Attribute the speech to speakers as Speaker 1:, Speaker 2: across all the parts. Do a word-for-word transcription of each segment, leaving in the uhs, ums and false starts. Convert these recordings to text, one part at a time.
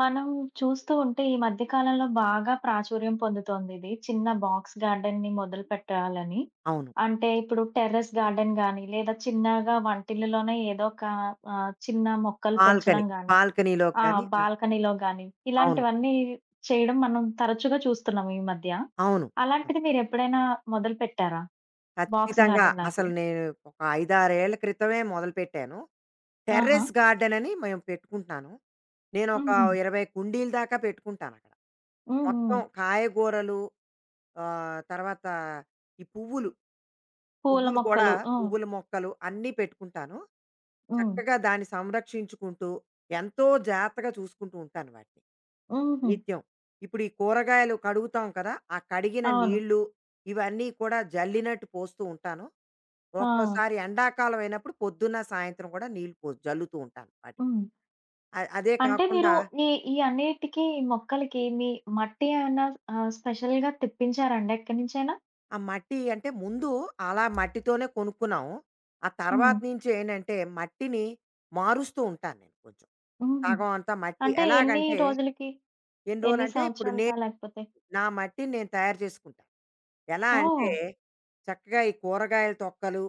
Speaker 1: మనం చూస్తూ ఉంటే ఈ మధ్య కాలంలో బాగా ప్రాచుర్యం పొందుతోందిది. చిన్న బాక్స్ గార్డెన్‌ని మొదలు పెట్టాలని.
Speaker 2: అవును.
Speaker 1: అంటే ఇప్పుడు టెర్రస్ గార్డెన్ గానీ, లేదా చిన్నగా వంటిల్లులోనే ఏదో ఒక ఆహ్, చిన్న మొక్కలు
Speaker 2: బాల్కనీ.
Speaker 1: పెంచడం గానీ,
Speaker 2: బాల్కనీలో
Speaker 1: ఆ!
Speaker 2: కానీ హ్మ్.
Speaker 1: బాల్కనీలో గానీ,
Speaker 2: అవును.
Speaker 1: ఇలాంటివన్నీ చేయడం మనం తరచుగా చూస్తున్నాం ఈ మధ్య.
Speaker 2: అవును. ఆ!
Speaker 1: అలాంటిది మీరెప్పుడైనా మొదలు పెట్టారా? బాక్స్
Speaker 2: ఖచ్చితంగా.
Speaker 1: గార్డెన్
Speaker 2: అసలు
Speaker 1: లాంటిది?
Speaker 2: నేను ఒక ఐదు, ఆరు ఏళ్ల క్రితమే మొదలుపెట్టాను.
Speaker 1: ఆహా!
Speaker 2: టెర్రస్ గార్డెన్ అని మేము పెట్టుకుంటున్నాను. నేనొక
Speaker 1: హుహు.
Speaker 2: ఇరవై కుండీల దాకా పెట్టుకుంటానక్కడ.
Speaker 1: హ్మ్. హ్మ్.
Speaker 2: మొత్తం కాయగూరలు ఆహ్, తర్వాత ఈ పువ్వులు.
Speaker 1: పూల
Speaker 2: పువ్వులు కూడా
Speaker 1: మొక్కలు. హ్మ్.
Speaker 2: పువ్వుల మొక్కలు అన్నీ పెట్టుకుంటాను.
Speaker 1: హ్మ్.
Speaker 2: చక్కగా దాన్ని సంరక్షించుకుంటూ, ఎంతో జాగ్రత్తగా చూసుకుంటూ ఉంటాను వాటిని.
Speaker 1: హుహు.
Speaker 2: నిత్యం. ఇప్పుడు ఈ కూరగాయలు కడుగుతాం కదా! ఆ కడిగిన
Speaker 1: అవును.
Speaker 2: నీళ్ళు ఇవన్నీ కూడా జల్లినట్టు పోస్తూ ఉంటాను.
Speaker 1: ఆ!
Speaker 2: ఒక్కోసారి ఎండాకాలం అయినప్పుడు పొద్దున్న, సాయంత్రం కూడా నీళ్ళు పో జల్లుతూ ఉంటాను వాటికి.
Speaker 1: హ్మ్.
Speaker 2: అ అదే
Speaker 1: అంటే
Speaker 2: కాకుండా
Speaker 1: మీరు ఈ ఈ అన్నిటికి ఈ మొక్కలకి మీ మట్టి ఏమన్నా ఆహ్, స్పెషల్‌గా తెప్పించారండి ఎక్కడి నుంచైనా?
Speaker 2: ఆ మట్టి అంటే ముందు అలా మట్టితోనే కొనుక్కున్నాం. ఆ తర్వాత
Speaker 1: హ్మ్.
Speaker 2: నుంచి ఏంటంటే మట్టిని మారుస్తూ ఉంటాను నేను కొంచెం.
Speaker 1: హుహు.
Speaker 2: సగం అంతా మట్టి
Speaker 1: అంటే ఎన్ని
Speaker 2: ఎలాగంటే
Speaker 1: రోజులకి?
Speaker 2: ఎన్ని
Speaker 1: ఎన్ని
Speaker 2: రోజులంటే ఇప్పుడు
Speaker 1: సంవత్సరాలకా?
Speaker 2: నేను
Speaker 1: లేకపోతే
Speaker 2: నా మట్టిని నేను తయారు చేసుకుంటాను. ఎలా అంటే
Speaker 1: ఓహ్!
Speaker 2: చక్కగా ఈ కూరగాయల తొక్కలు,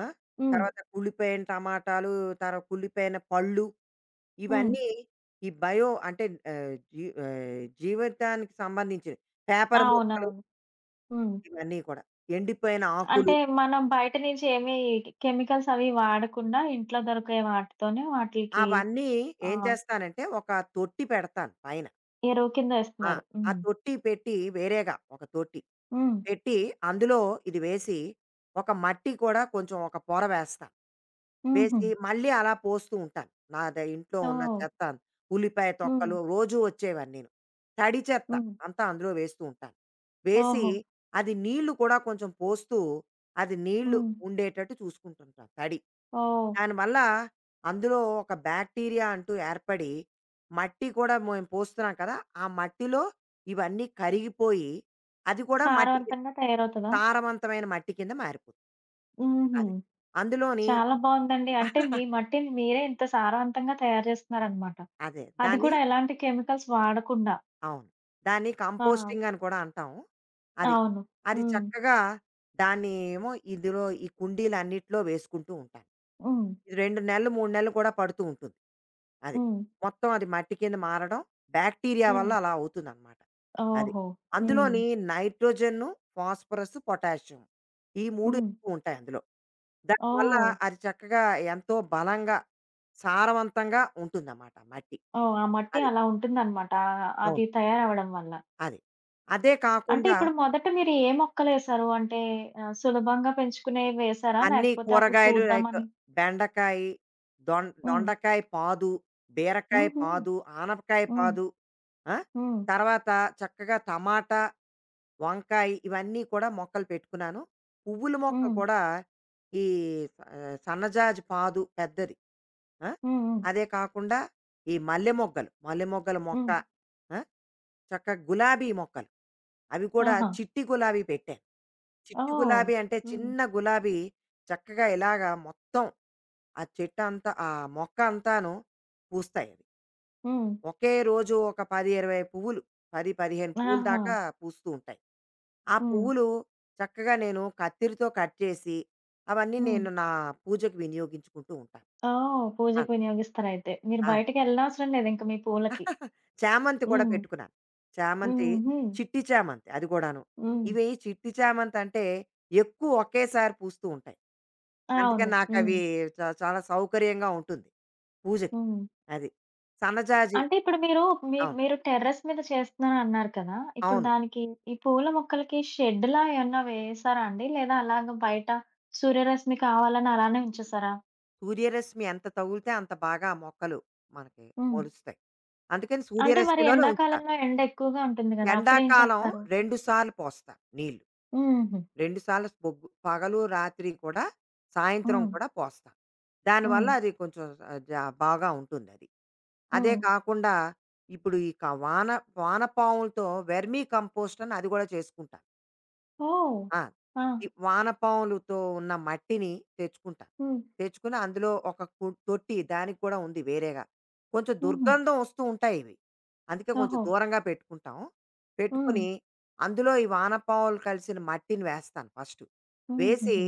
Speaker 2: ఆ!
Speaker 1: హ్మ్.
Speaker 2: తర్వాత కుళ్ళిపోయిన టమాటాలు, తర్వాత కుళ్ళిపోయిన పళ్ళు
Speaker 1: హ్మ్.
Speaker 2: ఇవన్నీ ఈ బయో అంటే ఆహ్, జీ ఆహ్, జీవితానికి సంబంధించినవి. పేపర్ ముక్కలు
Speaker 1: అవునవును. హ్మ్.
Speaker 2: ఇవన్నీ కూడా. ఎండిపోయిన ఆకులు.
Speaker 1: అంటే మనం బయట నుంచి ఏమి కెమికల్స్ అవి వాడకుండా ఇంట్లో దొరికే వాటితోనే వాటిలికి
Speaker 2: అవన్నీ ఏం
Speaker 1: ఆహ్,
Speaker 2: చేస్తానంటే ఒక తొట్టి పెడతాను పైన.
Speaker 1: ఎరువు కింద
Speaker 2: ఆ!
Speaker 1: ఏస్తున్నారు.
Speaker 2: ఆ
Speaker 1: హ్మ్.
Speaker 2: తొట్టి పెట్టి వేరేగా ఒక తొట్టి
Speaker 1: హ్మ్.
Speaker 2: పెట్టి, అందులో ఇది వేసి, ఒక మట్టి కూడా కొంచెం ఒక పొర వేస్తాను.
Speaker 1: హుహు.
Speaker 2: వేసి మళ్ళీ అలా పోస్తూ ఉంటాను. నా ద ఇంట్లో ఉన్న
Speaker 1: ఓహ్!
Speaker 2: చెత్త, ఉల్లిపాయ
Speaker 1: హ్మ్.
Speaker 2: తొక్కలు రోజూ వచ్చేవన్నీను. తడి చెత్త
Speaker 1: హ్మ్.
Speaker 2: అంతా అందులో వేస్తూ ఉంటాను. వేసి
Speaker 1: ఓహో!
Speaker 2: అది నీళ్లు కూడా కొంచెం పోస్తూ, అది నీళ్లు
Speaker 1: హ్మ్.
Speaker 2: ఉండేటట్టు చూసుకుంటుంటాను తడి.
Speaker 1: ఓహ్!
Speaker 2: దానివల్ల అందులో ఒక బ్యాక్టీరియా అంటూ ఏర్పడి, మట్టి కూడా మేము పోస్తున్నాం కదా! ఆ మట్టిలో ఇవన్నీ కరిగిపోయి, అది కూడా మట్టికి
Speaker 1: సారవంతంగా తయారవుతదా?
Speaker 2: సారవంతమైన మట్టి కింద మారిపోతుంది.
Speaker 1: హుహు.
Speaker 2: అది. అందులోని
Speaker 1: చాలా బావుందండి. అంటే మీ మట్టిని మీరే ఇంత సారవంతంగా తయారు జేస్తున్నారనమాట.
Speaker 2: అదే.
Speaker 1: అది
Speaker 2: దాన్ని
Speaker 1: కూడా ఎలాంటి కెమికల్స్ వాడకుండా.
Speaker 2: అవును. దాన్ని
Speaker 1: ఆ!
Speaker 2: కంపోస్టింగ్ అని కూడా అంటాం. అది.
Speaker 1: అవును.
Speaker 2: అది
Speaker 1: హ్మ్.
Speaker 2: చక్కగా దాన్ని ఏమో ఇందులో ఈ కుండీలన్నిట్లో వేసుకుంటూ ఉంటాను.
Speaker 1: హ్మ్.
Speaker 2: ఇది రెండు నెలలు, మూడు నెలలు కూడా పడుతూ ఉంటుంది. అది.
Speaker 1: హ్మ్.
Speaker 2: మొత్తం అది మట్టి కింద మారడం బ్యాక్టీరియా వల్ల
Speaker 1: హ్మ్.
Speaker 2: అలా అవుతుందనమాట. అది.
Speaker 1: ఓహో! హ్మ్.
Speaker 2: అందులోని నైట్రోజన్, ఫాస్ఫరస్, పొటాషియం ఈ మూడు
Speaker 1: హ్మ్.
Speaker 2: ఎక్కువ ఉంటాయి అందులో. దానివల్ల
Speaker 1: ఓహ్!
Speaker 2: అది చక్కగా ఎంతో బలంగా, సారవంతంగా ఉంటుందన్నమాట మట్టి.
Speaker 1: ఓహ్! ఆ మట్టి
Speaker 2: అది.
Speaker 1: అలా ఉంటుందనమాట. ఆహ్,
Speaker 2: అవును.
Speaker 1: అది తయారవ్వడం వల్ల.
Speaker 2: అది. అదే
Speaker 1: అంటే
Speaker 2: కాకుండా
Speaker 1: ఇప్పుడు మొదట మీరు ఏ మొక్కలేశారు? అంటే ఆహ్, సులభంగా పెంచుకునేవి వేశారా?
Speaker 2: అన్ని
Speaker 1: లేకపోతే అసలు
Speaker 2: కూరగాయలు లైక్
Speaker 1: చూద్దామని?
Speaker 2: బెండకాయ, దొం
Speaker 1: హ్మ్.
Speaker 2: దొండకాయ పాదు, బీరకాయ
Speaker 1: హుహు.
Speaker 2: పాదు, ఆనపకాయ
Speaker 1: హ్మ్.
Speaker 2: పాదు, ఆ!
Speaker 1: హ్మ్.
Speaker 2: తర్వాత చక్కగా టమాటా, వంకాయ ఇవన్నీ కూడా మొక్కలు పెట్టుకున్నాను. పువ్వుల మొక్క
Speaker 1: హ్మ్.
Speaker 2: కూడా ఈ ఆహ్, సన్నజాజి పాదు పెద్దది. ఆ!
Speaker 1: హ్మ్. హ్మ్.
Speaker 2: అదే కాకుండా ఈ మల్లె మొగ్గలు, మల్లె మొగ్గల మొక్క,
Speaker 1: హ్మ్.
Speaker 2: ఆ! చక్కగా గులాబీ మొక్కలు. అవి కూడా
Speaker 1: ఆహా!
Speaker 2: చిట్టి గులాబీ పెట్టాను. చిట్టి
Speaker 1: ఓహ్!
Speaker 2: గులాబీ అంటే
Speaker 1: హ్మ్.
Speaker 2: చిన్న గులాబీ చక్కగా ఇలాగా మొత్తం ఆ చెట్టు అంతా ఆ మొక్క అంతాను పూస్తాయి అవి.
Speaker 1: హ్మ్.
Speaker 2: ఒకే రోజు ఒక పది, ఇరవై పువ్వులు పది, పదిహేను పువ్వుల
Speaker 1: ఆహా!
Speaker 2: దాకా పూస్తూ ఉంటాయి. ఆ
Speaker 1: హ్మ్.
Speaker 2: పువ్వులు చక్కగా నేను కత్తిరితో కట్ చేసి అవన్నీ
Speaker 1: హ్మ్.
Speaker 2: నేను నా పూజకు వినియోగించుకుంటూ ఉంటాను.
Speaker 1: ఓహ్!
Speaker 2: ఆ!
Speaker 1: పూజకి వినియోగిస్తారయితే. మీరు
Speaker 2: ఆ!
Speaker 1: బయటికెళ్ళనవసరం లేదింక మీ పూలకి.
Speaker 2: చామంతి కూడా
Speaker 1: హ్మ్.
Speaker 2: పెట్టుకున్నాను. చామంతి,
Speaker 1: హుహు.
Speaker 2: చిట్టి చామంతి అది కూడాను.
Speaker 1: హ్మ్.
Speaker 2: ఇవి చిట్టి చామంతి అంటే ఎక్కువ ఒకేసారి పూస్తూ ఉంటాయి.
Speaker 1: అవును.
Speaker 2: అందుకని
Speaker 1: హ్మ్.
Speaker 2: నాకవి చ చాలా సౌకర్యంగా ఉంటుంది పూజకి.
Speaker 1: హ్మ్.
Speaker 2: అది. సన్నజాజి
Speaker 1: అంటే ఇప్పుడు మీరు మీ
Speaker 2: అవును.
Speaker 1: మీరు టెర్రస్ మీద చేస్తున్నారన్నారు కదా! ఇప్పుడు
Speaker 2: అవును.
Speaker 1: దానికి ఈ పూల మొక్కలకి షెడ్‌లా ఏమన్నా వేసారా అండి? లేదా అలాగ బయట సూర్యరశ్మి కావాలని అలానే ఉంచేసారా?
Speaker 2: సూర్యరశ్మి ఎంత తగులితే అంత బాగా మొక్కలు మనకి
Speaker 1: హ్మ్.
Speaker 2: మొలుస్తాయి. అందుకని
Speaker 1: అంటే మరి
Speaker 2: సూర్యరశ్మిలోనే ఉంచుతాను.
Speaker 1: ఎండాకాలంలో ఎండ ఎక్కువగా ఉంటుంది గదా! అప్పుడేం
Speaker 2: ఎండాకాలం
Speaker 1: చేస్తారు?
Speaker 2: రెండు సార్లు పోస్తాను నీళ్ళు.
Speaker 1: హుహు.
Speaker 2: రెండు సార్లు బొగ్గు పగలు, రాత్రి కూడా సాయంత్రం
Speaker 1: హ్మ్.
Speaker 2: కూడా పోస్తాం.
Speaker 1: హ్మ్.
Speaker 2: దానివల్ల అది కొంచెం ఆహ్, జ బాగా ఉంటుందది. అదే
Speaker 1: హ్మ్.
Speaker 2: కాకుండా ఇప్పుడు ఈ క వాన వానపాములతో వెర్మీ కంపోస్ట్ అని అది కూడా చేసుకుంటాను.
Speaker 1: ఓహ్!
Speaker 2: ఆ!
Speaker 1: ఆ!
Speaker 2: ఈ వానపాములుతో ఉన్న మట్టిని తెచ్చుకుంటాను.
Speaker 1: హ్మ్.
Speaker 2: తెచ్చుకుని అందులో ఒక కు తొట్టి దానికి కూడా ఉంది వేరేగా. కొంచెం
Speaker 1: హుహు.
Speaker 2: దుర్గంధం వస్తూ ఉంటాయి ఇవి. అందుకే కొంచెం
Speaker 1: ఓహో!
Speaker 2: దూరంగా పెట్టుకుంటాం.
Speaker 1: హ్మ్.
Speaker 2: పెట్టుకొని అందులో ఈ వానపాములు కలిసిన మట్టిని వేస్తాను ఫస్టు. వేసి
Speaker 1: హుహుహు.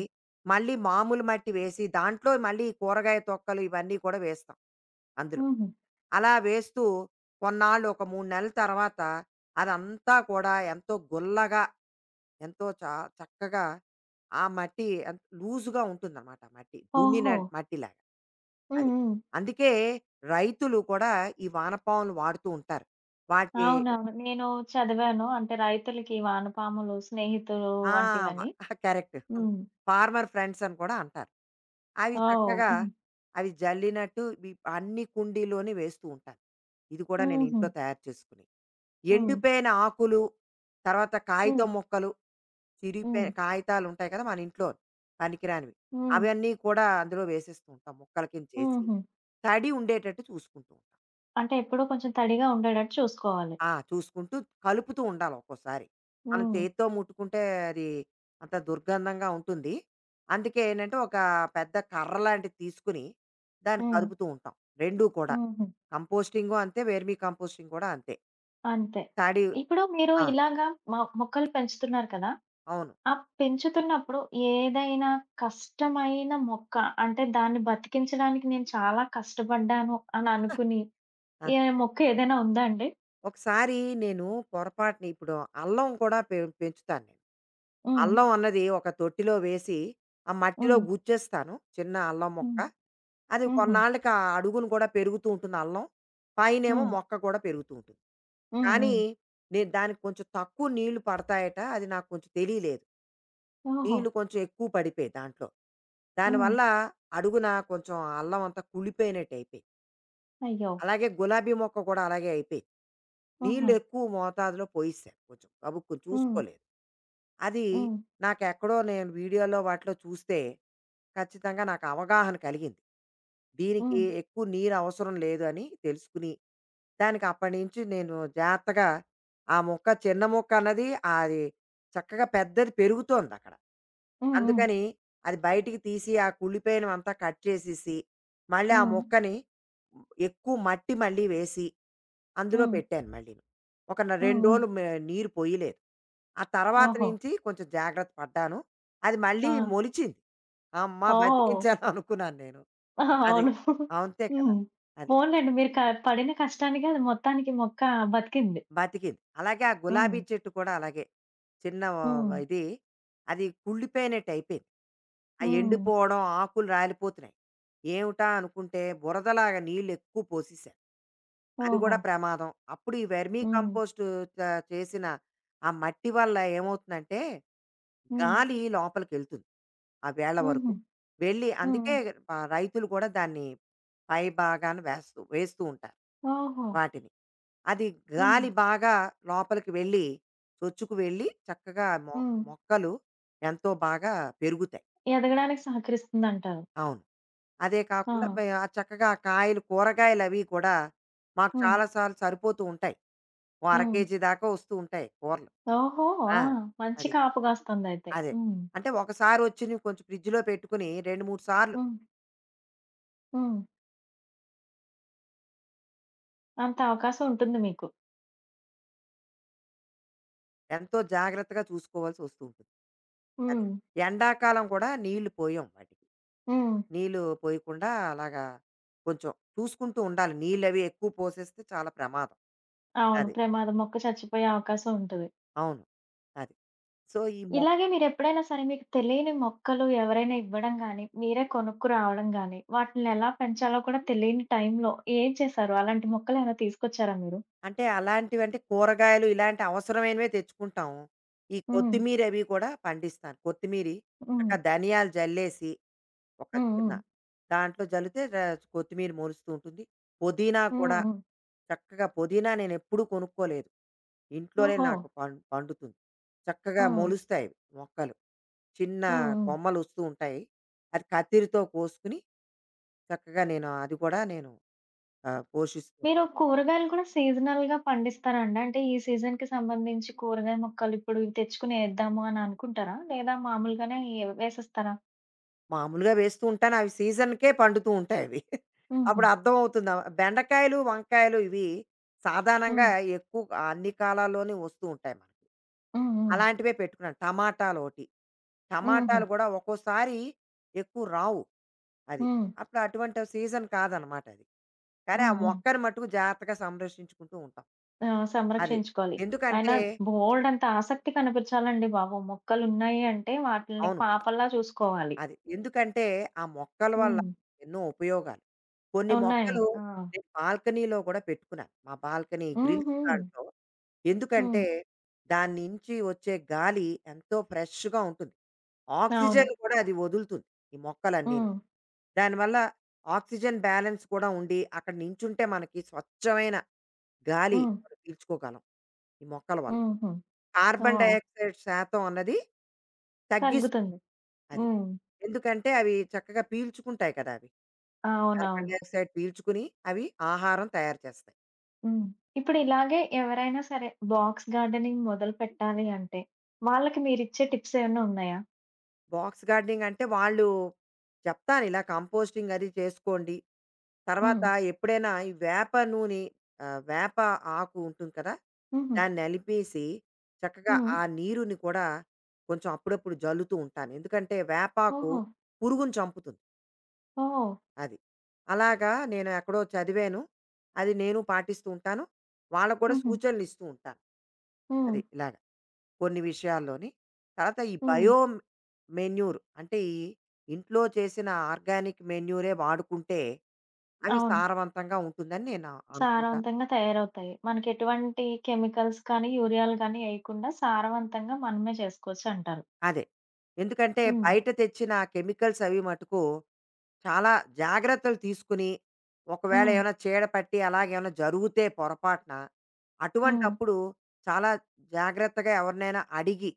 Speaker 2: మళ్ళీ మామూలు మట్టి వేసి దాంట్లో మళ్ళీ ఈ కూరగాయ తొక్కలు ఇవన్నీ కూడా వేస్తాం అందులో.
Speaker 1: హుహు.
Speaker 2: అలా వేస్తూ కొన్నాళ్ళు ఒక మూడు నెలల తర్వాత అదంతా కూడా ఎంతో గుల్లగా ఎంతో చా చక్కగా ఆ మట్టి అంత లూజుగా ఉంటుందన్నమాట ఆ మట్టి. దున్నిన
Speaker 1: ఓహో!
Speaker 2: మట్టిలాగా.
Speaker 1: హ్మ్.
Speaker 2: అది.
Speaker 1: హ్మ్.
Speaker 2: అందుకే రైతులు కూడా ఈ వానపాములు వాడుతూ ఉంటారు. వాటి
Speaker 1: అవునవును. నేను చదివాను. అంటే రైతులకి వానపాములు స్నేహితులు
Speaker 2: ఆ! వ
Speaker 1: వంటివని.
Speaker 2: కరెక్ట్.
Speaker 1: హ్మ్.
Speaker 2: ఫార్మర్ ఫ్రెండ్స్ అని కూడా అంటారు. అవి
Speaker 1: ఓహ్!
Speaker 2: చక్కగా
Speaker 1: హ్మ్.
Speaker 2: అవి జల్లినట్టు వి అన్ని కుండీల్లోని వేస్తూ ఉంటాను. ఇది కూడా నేను
Speaker 1: హుహు.
Speaker 2: ఇంట్లో తయారు చేసుకుని.
Speaker 1: హ్మ్.
Speaker 2: ఎండిపోయిన ఆకులు, తర్వాత
Speaker 1: హ్మ్.
Speaker 2: కాగితం ముక్కలు చిరిగిపోయిన
Speaker 1: హ్మ్.
Speaker 2: కాగితాలుంటాయి కదా మన ఇంట్లో పనికిరానివి.
Speaker 1: హ్మ్.
Speaker 2: అవన్నీ కూడా అందులో వేసేస్తూ ఉంటాం ముక్కల కింద చేసి.
Speaker 1: హుహు.
Speaker 2: తడి ఉండేటట్టు చూసుకుంటూ ఉంటాం.
Speaker 1: అంటే ఎప్పుడూ కొంచెం తడిగా ఉండేటట్టు చూసుకోవాలి.
Speaker 2: ఆ! చూసుకుంటూ కలుపుతూ ఉండాలి ఒక్కోసారి. మనం
Speaker 1: హ్మ్.
Speaker 2: చేత్తో ముట్టుకుంటే అది అంత దుర్గంధంగా ఉంటుంది. అందుకే ఏంటంటే ఒక పెద్ద కర్ర లాంటిది తీసుకుని దాన్ని
Speaker 1: హ్మ్.
Speaker 2: కదుపుతూ ఉంటాం. రెండు కూడా.
Speaker 1: హుహు.
Speaker 2: కంపోస్టింగు అంతే, వెర్మి కంపోస్టింగ్ కూడా అంతే.
Speaker 1: అంతే.
Speaker 2: తడి
Speaker 1: ఇప్పుడు మీరు
Speaker 2: ఆ!
Speaker 1: ఇలాగా మ మొక్కలు పెంచుతున్నారు కదా!
Speaker 2: అవును.
Speaker 1: ఆ! పెంచుతున్నప్పుడు ఏదైనా కష్టమైన మొక్క అంటే దాన్ని బతికించడానికి నేను చాలా కష్టపడ్డాను అని అనుకుని,
Speaker 2: ఆ!
Speaker 1: ఏ మొక్క ఏదైనా ఉందా అండి?
Speaker 2: ఒకసారి నేను పొరపాటున ఇప్పుడు అల్లం కూడా పె పెంచుతాను నేను.
Speaker 1: హ్మ్.
Speaker 2: అల్లం అన్నది ఒక తొట్టిలో వేసి, ఆ మట్టిలో
Speaker 1: హ్మ్.
Speaker 2: గుచ్చేస్తాను చిన్న అల్లం మొక్క.
Speaker 1: హ్మ్.
Speaker 2: అది
Speaker 1: హుహు.
Speaker 2: కొన్నాళ్ళకి ఆ అడుగున కూడా పెరుగుతూ ఉంటుంది అల్లం. పైనేమో
Speaker 1: హ్మ్.
Speaker 2: మొక్క కూడా పెరుగుతూ ఉంటుంది.
Speaker 1: హ్మ్.
Speaker 2: కానీ,
Speaker 1: హ్మ్.
Speaker 2: నేను దానికి కొంచెం తక్కువ నీళ్లు పడతాయట అది నాకు కొంచెం తెలియలేదు.
Speaker 1: ఓహో!
Speaker 2: నీళ్లు కొంచెం ఎక్కువ పడిపోయాయి దాంట్లో.
Speaker 1: హ్మ్.
Speaker 2: దానివల్ల అడుగున కొంచెం అల్లం అంతా కుళ్ళిపోయినట్టయిపోయింది.
Speaker 1: అయ్యో!
Speaker 2: అలాగే గులాబీ మొక్క కూడా అలాగే అయిపోయింది. నీళ్ళు
Speaker 1: ఆహా!
Speaker 2: ఎక్కువ మోతాదులో పోయిసాను కొంచెం గబుక్కున
Speaker 1: హ్మ్.
Speaker 2: చూసుకోలేదు. అది
Speaker 1: హ్మ్.
Speaker 2: నాకెక్కడో నేను వీడియోలో వాటిలో చూస్తే ఖచ్చితంగా నాకు అవగాహన కలిగింది. దీనికి
Speaker 1: హ్మ్.
Speaker 2: ఎక్కువ నీరు అవసరం లేదు అని తెలుసుకుని, దానికి అప్పటినుంచి నేను జాగ్రత్తగా ఆ మొక్క చిన్న మొక్క అన్నది అది చక్కగా పెద్దది పెరుగుతోందక్కడ.
Speaker 1: హ్మ్. హ్మ్.
Speaker 2: అందుకని అది బయటికి తీసి ఆ కుళ్ళిపోయినవంతా కట్ చేసేసి, మళ్ళీ ఆ
Speaker 1: హ్మ్.
Speaker 2: మొక్కని ఎక్కువ మట్టి మళ్ళీ వేసి, అందులో
Speaker 1: హ్మ్.
Speaker 2: పెట్టాను మళ్ళీను. ఒక న
Speaker 1: హ్మ్.
Speaker 2: రెండు
Speaker 1: హ్మ్.
Speaker 2: రోజులు మే నీరు పొయ్యలేదు. ఆ తర్వాత
Speaker 1: ఓహో!
Speaker 2: నుంచి కొంచెం జాగ్రత్త పడ్డాను. అది మళ్ళీ
Speaker 1: ఆ!
Speaker 2: మొలిచింది. అమ్మా!
Speaker 1: ఓహ్!
Speaker 2: బతికించాను అనుకున్నాను నేను. అది.
Speaker 1: అవును.
Speaker 2: అంతే కదా!
Speaker 1: హ్మ్.
Speaker 2: అది.
Speaker 1: పోన్లెండి మీరు క పడిన కష్టానికి అది మొత్తానికి మొక్క బతికింది.
Speaker 2: బతికింది. అలాగే ఆ గులాబీ
Speaker 1: హ్మ్.
Speaker 2: చెట్టు కూడా అలాగే. చిన్న ఆ,
Speaker 1: హ్మ్.
Speaker 2: ఇది అది కుళ్ళిపోయినట్టు అయిపోయింది. ఆ
Speaker 1: హ్మ్.
Speaker 2: ఎండిపోవడం, ఆకులు రాలిపోతున్నాయి. ఏమిటా అనుకుంటే బురదలాగా నీళ్ళు ఎక్కువ పోసేసారు. అది
Speaker 1: ఓహో!
Speaker 2: కూడా ప్రమాదం. అప్పుడు ఈ వెర్మీ
Speaker 1: హ్మ్.
Speaker 2: కంపోస్ట్ చ చేసిన ఆ మట్టి వల్ల ఏమవుతుందంటే,
Speaker 1: హ్మ్.
Speaker 2: గాలి లోపలికెళ్తుంది ఆ వేళ్ళ
Speaker 1: హుహు.
Speaker 2: వరకు. వెళ్ళి అందుకే
Speaker 1: హ్మ్.
Speaker 2: ఆహ్, రైతులు కూడా దాన్ని పై భాగాన వేస్తూ వేస్తూ ఉంటారు
Speaker 1: ఓహో!
Speaker 2: వాటిని. అది
Speaker 1: హ్మ్.
Speaker 2: గాలి బాగా లోపలికి వెళ్ళి, చొచ్చుకు వెళ్ళి చక్కగా మొ
Speaker 1: హ్మ్.
Speaker 2: మొక్కలు ఎంతో బాగా పెరుగుతాయి.
Speaker 1: ఎదగడానికి సహకరిస్తుందంటారు.
Speaker 2: అవును. అదే
Speaker 1: ఆ!
Speaker 2: కాకుండా మే ఆ చక్కగా కాయలు కూరగాయలవి కూడా మాకు
Speaker 1: హ్మ్.
Speaker 2: చాలా సార్లు సరిపోతూ ఉంటాయి. ఓ అర
Speaker 1: హ్మ్.
Speaker 2: కేజీ దాకా వస్తూ ఉంటాయి కూరలు.
Speaker 1: ఓహో! ఆ!
Speaker 2: ఆ!
Speaker 1: మంచి
Speaker 2: అది.
Speaker 1: కాపుగాస్తుందయితే.
Speaker 2: అదే.
Speaker 1: హ్మ్.
Speaker 2: అంటే ఒకసారి వచ్చినవి కొంచెం ఫ్రిడ్జ్‌లో పెట్టుకుని రెండు, మూడు సార్లు
Speaker 1: హ్మ్. హ్మ్. అంత అవకాశం ఉంటుంది మీకు.
Speaker 2: ఎంతో జాగ్రత్తగా చూసుకోవాల్సొస్తూ ఉంటుంది. అదే.
Speaker 1: హ్మ్.
Speaker 2: ఎండాకాలం కూడా నీళ్లు పోయం వాటికి.
Speaker 1: హ్మ్.
Speaker 2: నీళ్ళు పోయకుండా అలాగా కొంచెం చూసుకుంటూ ఉండాలి. నీళ్ళవి ఎక్కువ పోసేస్తే చాలా ప్రమాదం.
Speaker 1: అవును.
Speaker 2: అది.
Speaker 1: ప్రమాదం మొక్క చచ్చిపోయే అవకాశం ఉంటది.
Speaker 2: అవును. అది. సో, ఈ మొ
Speaker 1: ఇలాగే మీరెప్పుడైనా సరే మీకు తెలియని మొక్కలు ఎవరైనా ఇవ్వడం గానీ, మీరే కొనుక్కు రావడం గానీ, వాటిల్ని ఎలా పెంచాలో కూడా తెలియని టైంలో ఏం చేశారు? అలాంటి మొక్కలేమైనా తీసుకొచ్చారా మీరు?
Speaker 2: అంటే అలాంటివంటే కూరగాయలు ఇలాంటి అవసరమైనవే తెచ్చుకుంటాం. ఈ
Speaker 1: హ్మ్.
Speaker 2: కొత్తిమీరవి కూడా పండిస్తాను. కొత్తిమీరి
Speaker 1: హ్మ్.
Speaker 2: చక్కగా ధనియాలు జల్లేసి ఒక
Speaker 1: హ్మ్.
Speaker 2: చిన్న
Speaker 1: హ్మ్.
Speaker 2: దాంట్లో జల్లితే ర కొత్తిమీర మొలుస్తూ ఉంటుంది. పుదీనా
Speaker 1: హ్మ్.
Speaker 2: కూడా
Speaker 1: హ్మ్.
Speaker 2: చక్కగా పుదీనా నేనెప్పుడూ కొనుక్కోలేదు. ఇంట్లోనే
Speaker 1: ఓహో!
Speaker 2: నాకు పం పండుతుంది. చక్కగా
Speaker 1: హ్మ్.
Speaker 2: మొలుస్తాయి మొక్కలు. చిన్న
Speaker 1: హ్మ్. హ్మ్.
Speaker 2: కొమ్మలొస్తూ ఉంటాయి. అది కత్తిరితో కోసుకొని చక్కగా నేను అది కూడా నేను ఆహ్, పోషిస్తూ
Speaker 1: మీరు
Speaker 2: ఉంటాను.
Speaker 1: కూరగాయలు కూడా సీజనల్‌గా పండిస్తారా అండి? అంటే ఈ సీజన్‌కి సంబంధించి కూరగాయ మొక్కలు ఇప్పుడు ఇవి తెచ్చుకొని ఏద్దాము అని అనుకుంటారా? లేదా మామూలుగానే ఎ వేసేస్తారా?
Speaker 2: మామూలుగా వేస్తూ ఉంటాను. అవి సీజన్‌కే పండుతూ ఉంటాయి అవి.
Speaker 1: హుహు.
Speaker 2: అప్పుడు అర్థమవుతుంది. బెండకాయలు, వంకాయలు ఇవి సాధారణంగా
Speaker 1: హ్మ్.
Speaker 2: ఎక్కువ అన్ని కాలాల్లోనే వస్తూ ఉంటాయి మనకి.
Speaker 1: హ్మ్. హ్మ్.
Speaker 2: అలాంటివే పెట్టుకున్నాను. టమాటాలోటి.
Speaker 1: హుహు.
Speaker 2: టమాటాలు కూడా ఒక్కోసారి ఎక్కువ రావు. అది.
Speaker 1: హ్మ్.
Speaker 2: అప్పుడు అటువంటి సీజన్ కాదనమాట అది. కానీ ఆ
Speaker 1: హ్మ్. హ్మ్.
Speaker 2: మొక్కను మట్టుకు జాగ్రత్తగా సంరక్షించుకుంటూ ఉంటాం.
Speaker 1: ఆ!
Speaker 2: అది.
Speaker 1: సంరక్షించుకోవాలి.
Speaker 2: ఎందుకంటే
Speaker 1: అయినా బోలెడంత ఆసక్తి కనిపించాలండి బాబు! మొక్కలున్నాయి అంటే వాటిల్ని
Speaker 2: అవును.
Speaker 1: పాపల్లా చూసుకోవాలి.
Speaker 2: అది. ఎందుకంటే ఆ మొక్కల వల్ల
Speaker 1: హ్మ్.
Speaker 2: ఎన్నో ఉపయోగాలు. కొన్ని మొక్కలు
Speaker 1: ఉన్నాయండి. ఆ!
Speaker 2: నేను బాల్కనీలో కూడా పెట్టుకున్నాను. మా బాల్కనీ గ్రిల్స్
Speaker 1: హుహు.
Speaker 2: దాంట్లో.
Speaker 1: హ్మ్.
Speaker 2: ఎందుకంటే దాని నుంచి వచ్చే గాలి ఎంతో ఫ్రెష్‌గా ఉంటుంది.
Speaker 1: అవును.
Speaker 2: ఆక్సిజన్ కూడా అది వదులుతుంది. ఈ మొక్కలన్నీను.
Speaker 1: హ్మ్.
Speaker 2: దానివల్ల ఆక్సిజన్ బ్యాలెన్స్ కూడా ఉండి అక్కడ నించుంటే మనకి స్వచ్ఛమైన గాలి
Speaker 1: హ్మ్.
Speaker 2: మనం పీల్చుకోగలం. ఈ మొక్కల వల్ల.
Speaker 1: హుహు.
Speaker 2: కార్బన్
Speaker 1: ఓహ్!
Speaker 2: డయాక్సైడ్ శాతం అన్నది తగ్గిస్తుంది.
Speaker 1: తగ్గుతుంది.
Speaker 2: అది.
Speaker 1: హ్మ్.
Speaker 2: ఎందుకంటే అవి చక్కగా పీల్చుకుంటాయి కదా! అవి.
Speaker 1: అవునవును.
Speaker 2: కార్బన్ డయాక్సైడ్ పీల్చుకుని అవి ఆహారం తయారు చేస్తాయి.
Speaker 1: హ్మ్. ఇప్పుడు ఇలాగే ఎవరైనా సరే బాక్స్ గార్డెనింగ్ మొదలు పెట్టాలి అంటే వాళ్ళకి మీరిచ్చే టిప్స్ ఏమన్నా ఉన్నాయా?
Speaker 2: బాక్స్ గార్డెనింగ్ అంటే వాళ్ళు చెప్తాను ఇలా కంపోస్టింగ్ అది చేసుకోండి. తర్వాత
Speaker 1: హ్మ్.
Speaker 2: ఎప్పుడైనా ఈ వేప నూనె ఆహ్, వేప ఆకు ఉంటుంది కదా!
Speaker 1: హుహు.
Speaker 2: దాన్ని నలిపేసి చక్కగా
Speaker 1: హ్మ్.
Speaker 2: ఆ నీరుని కూడా కొంచెం అప్పుడప్పుడు జల్లుతూ ఉంటాను. ఎందుకంటే వేపాకు
Speaker 1: ఓహో!
Speaker 2: పురుగుని చంపుతుంది.
Speaker 1: ఓహ్!
Speaker 2: అది. అలాగా నేను ఎక్కడో చదివాను. అది నేను పాటిస్తూ ఉంటాను. వాళ్ళకి కూడా
Speaker 1: హుహు.
Speaker 2: సూచనలిస్తూ ఉంటాను.
Speaker 1: హ్మ్.
Speaker 2: అది ఇలాగ కొన్ని విషయాల్లోని. తర్వాత ఈ
Speaker 1: హ్మ్.
Speaker 2: బయో మెన్యూర్ అంటే ఈ ఇంట్లో చేసిన ఆర్గానిక్ మెన్యూరే వాడుకుంటే అవి
Speaker 1: అవును.
Speaker 2: సారవంతంగా ఉంటుందని నేను అనుకుంటాను.
Speaker 1: సారవంతంగా తయారవుతాయి. మనకెటువంటి కెమికల్స్ కానీ, యూరియాలు గానీ ఎయకుండా సారవంతంగా మనమే చేసుకోవచ్చంటారు.
Speaker 2: అదే. ఎందుకంటే
Speaker 1: హ్మ్.
Speaker 2: బయట తెచ్చిన కెమికల్స్ అవి మటుకు చాలా జాగ్రత్తలు తీసుకుని, ఒకవేళ
Speaker 1: హ్మ్.
Speaker 2: ఏమైనా చీడ పట్టి అలాగేమైనా జరిగితే పొరపాటున,
Speaker 1: హ్మ్.
Speaker 2: అటువంటప్పుడు చాలా జాగ్రత్తగా ఎవరినైనా అడిగి,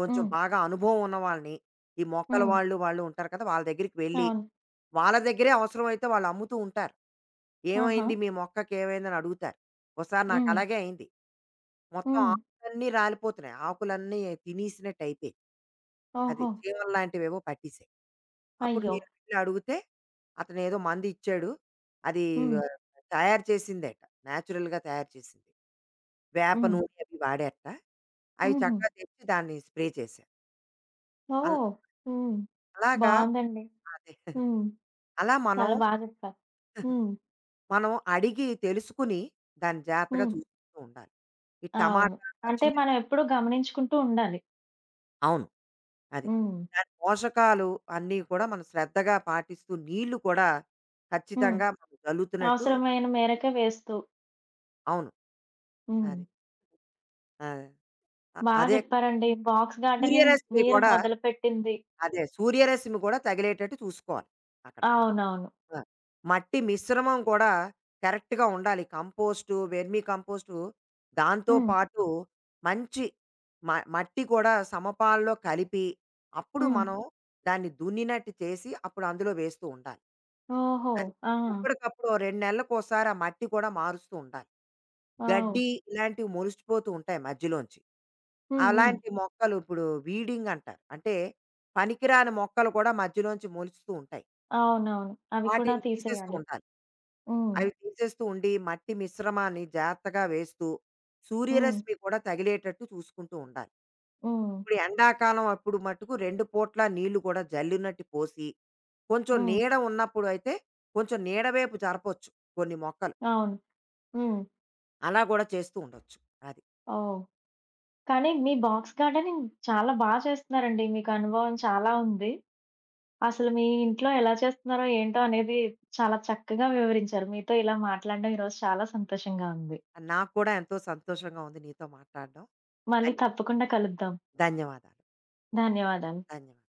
Speaker 2: కొంచెం
Speaker 1: హ్మ్.
Speaker 2: బాగా అనుభవం ఉన్న వాళ్ళని, ఈ మొక్కల
Speaker 1: హ్మ్.
Speaker 2: వాళ్ళు, వాళ్ళు ఉంటారు కదా! వాళ్ళ దగ్గరికి వెళ్ళి
Speaker 1: అవును.
Speaker 2: వాళ్ళ దగ్గరే అవసరమైతే వాళ్ళు అమ్ముతూ ఉంటారు.
Speaker 1: ఆహా!
Speaker 2: "ఏమైంది మీ మొక్కకి ఏమైందని" అడుగుతారు. ఓసారి
Speaker 1: హ్మ్.
Speaker 2: నాకలాగే అయింది. మొత్తం
Speaker 1: హ్మ్.
Speaker 2: ఆకులన్నీ రాలిపోతున్నాయి. ఆకులన్నీ తినేసినట్టు అయిపోయాయి. అది
Speaker 1: ఓహో!
Speaker 2: చీమలు లాంటివేవో పట్టేసాయి. అప్పుడు
Speaker 1: అయ్యో!
Speaker 2: నేను వెళ్లి అడిగితే అతనేదో మందిచ్చాడు. అది
Speaker 1: హ్మ్.
Speaker 2: ఆహ్, తయారు చేసిందట. నేచురల్‌గా తయారు చేసింది. వేప
Speaker 1: హ్మ్.
Speaker 2: నూనె అవి వాడారట. అవి
Speaker 1: హుహు.
Speaker 2: చక్కగా తెచ్చి దాన్ని స్ప్రే చేశారు. అల్
Speaker 1: ఓహ్! హ్మ్.
Speaker 2: అలాగా
Speaker 1: బావుందండి.
Speaker 2: అదే
Speaker 1: హ్మ్.
Speaker 2: అలా మనం
Speaker 1: చాలా బా చెప్పారు. హ్మ్.
Speaker 2: మనం అడిగి తెలుసుకుని దాన్ని జాగ్రత్తగా
Speaker 1: హ్మ్.
Speaker 2: చూసుకుంటూ ఉండాలి. ఈ
Speaker 1: అవును.
Speaker 2: టమాటా,
Speaker 1: అంటే
Speaker 2: పచ్చిమిర్చి
Speaker 1: మనం ఎప్పుడూ గమనించుకుంటూ ఉండాలి.
Speaker 2: అవును. అది.
Speaker 1: హ్మ్.
Speaker 2: దాని పోషకాలు అన్నీ కూడా మనం శ్రద్ధగా పాటిస్తూ నీళ్లు కూడా
Speaker 1: హ్మ్.
Speaker 2: ఖచ్చితంగా మనం జల్లుతున్నట్టు
Speaker 1: అవసరమైన మేరకే వేస్తూ.
Speaker 2: అవును.
Speaker 1: హ్మ్.
Speaker 2: అది. ఆ! అ
Speaker 1: బా
Speaker 2: అదే
Speaker 1: చెప్పారండి. బాక్స్ గార్డెనింగ్
Speaker 2: సూర్యరశ్మి
Speaker 1: మీరు
Speaker 2: కూడా
Speaker 1: మొదలుపెట్టింది.
Speaker 2: అదే సూర్యరశ్మి కూడా తగిలేటట్టు చూసుకోవాలి అక్కడ.
Speaker 1: అవునవును.
Speaker 2: ఆ! మట్టి మిశ్రమం కూడా కరెక్ట్‌గా ఉండాలి. కంపోస్టు, వెర్మి కంపోస్టు దాంతో
Speaker 1: హ్మ్.
Speaker 2: పాటు మంచి మ మట్టి కూడా సమపాల్లో కలిపి, అప్పుడు
Speaker 1: హ్మ్.
Speaker 2: మనం దాన్ని దున్నినట్టు చేసి, అప్పుడు అందులో వేస్తూ ఉండాలి.
Speaker 1: ఓహో!
Speaker 2: అది.
Speaker 1: ఆ!
Speaker 2: ఎప్పటికప్పుడు ఓ రెండు నెలలకోసారి ఆ మట్టి కూడా మారుస్తూ ఉండాలి.
Speaker 1: ఓహ్!
Speaker 2: గడ్డి ఇలాంటివి మొలిచిపోతూ ఉంటాయి మధ్యలోంచి.
Speaker 1: హ్మ్. హ్మ్.
Speaker 2: అలాంటి మొక్కలు ఇప్పుడు వీడింగ్ అంటారు. అంటే పనికిరాని మొక్కలు కూడా మధ్యలోంచి మొలుస్తూ ఉంటాయి.
Speaker 1: అవునవును. అవి కూడా
Speaker 2: వాటిని తీసేస్తూ
Speaker 1: తీసేయాలి.
Speaker 2: ఉండాలి.
Speaker 1: హ్మ్.
Speaker 2: అవి తీసేస్తూ ఉండి, మట్టి మిశ్రమాన్ని జాగ్రత్తగా వేస్తూ,
Speaker 1: హ్మ్.
Speaker 2: సూర్యరశ్మి కూడా తగిలేటట్టు చూసుకుంటూ ఉండాలి.
Speaker 1: హ్మ్.
Speaker 2: ఇప్పుడు ఎండాకాలం అప్పుడు మట్టుకు రెండు పూట్ల నీళ్లు కూడా జల్లినట్టు పోసి, కొంచెం
Speaker 1: హ్మ్.
Speaker 2: నీడ ఉన్నప్పుడు అయితే, కొంచెం నీడ వైపు జరపొచ్చు కొన్ని మొక్కలు.
Speaker 1: అవును. హ్మ్.
Speaker 2: అలా కూడా చేస్తూ ఉండొచ్చు. అది.
Speaker 1: ఓహ్! కానీ మీ బాక్స్ గార్డెనింగ్ చాలా బా చేస్తున్నారండి. మీకు అనుభవం చాలా ఉంది. అసలు మీ ఇంట్లో ఎలా చేస్తున్నారో ఏంటో అనేది చాలా చక్కగా వివరించారు. మీతో ఇలా మాట్లాడడం ఈరోజు చాలా సంతోషంగా ఉంది.
Speaker 2: నాకు కూడా ఎంతో సంతోషంగా ఉంది నీతో మాట్లాడడం.
Speaker 1: మళ్ళీ
Speaker 2: ధన్
Speaker 1: తప్పకుండా కలుద్దాం.
Speaker 2: ధన్యవాదాలు.
Speaker 1: ధన్యవాదాలు.
Speaker 2: ధన్యవాదాలు.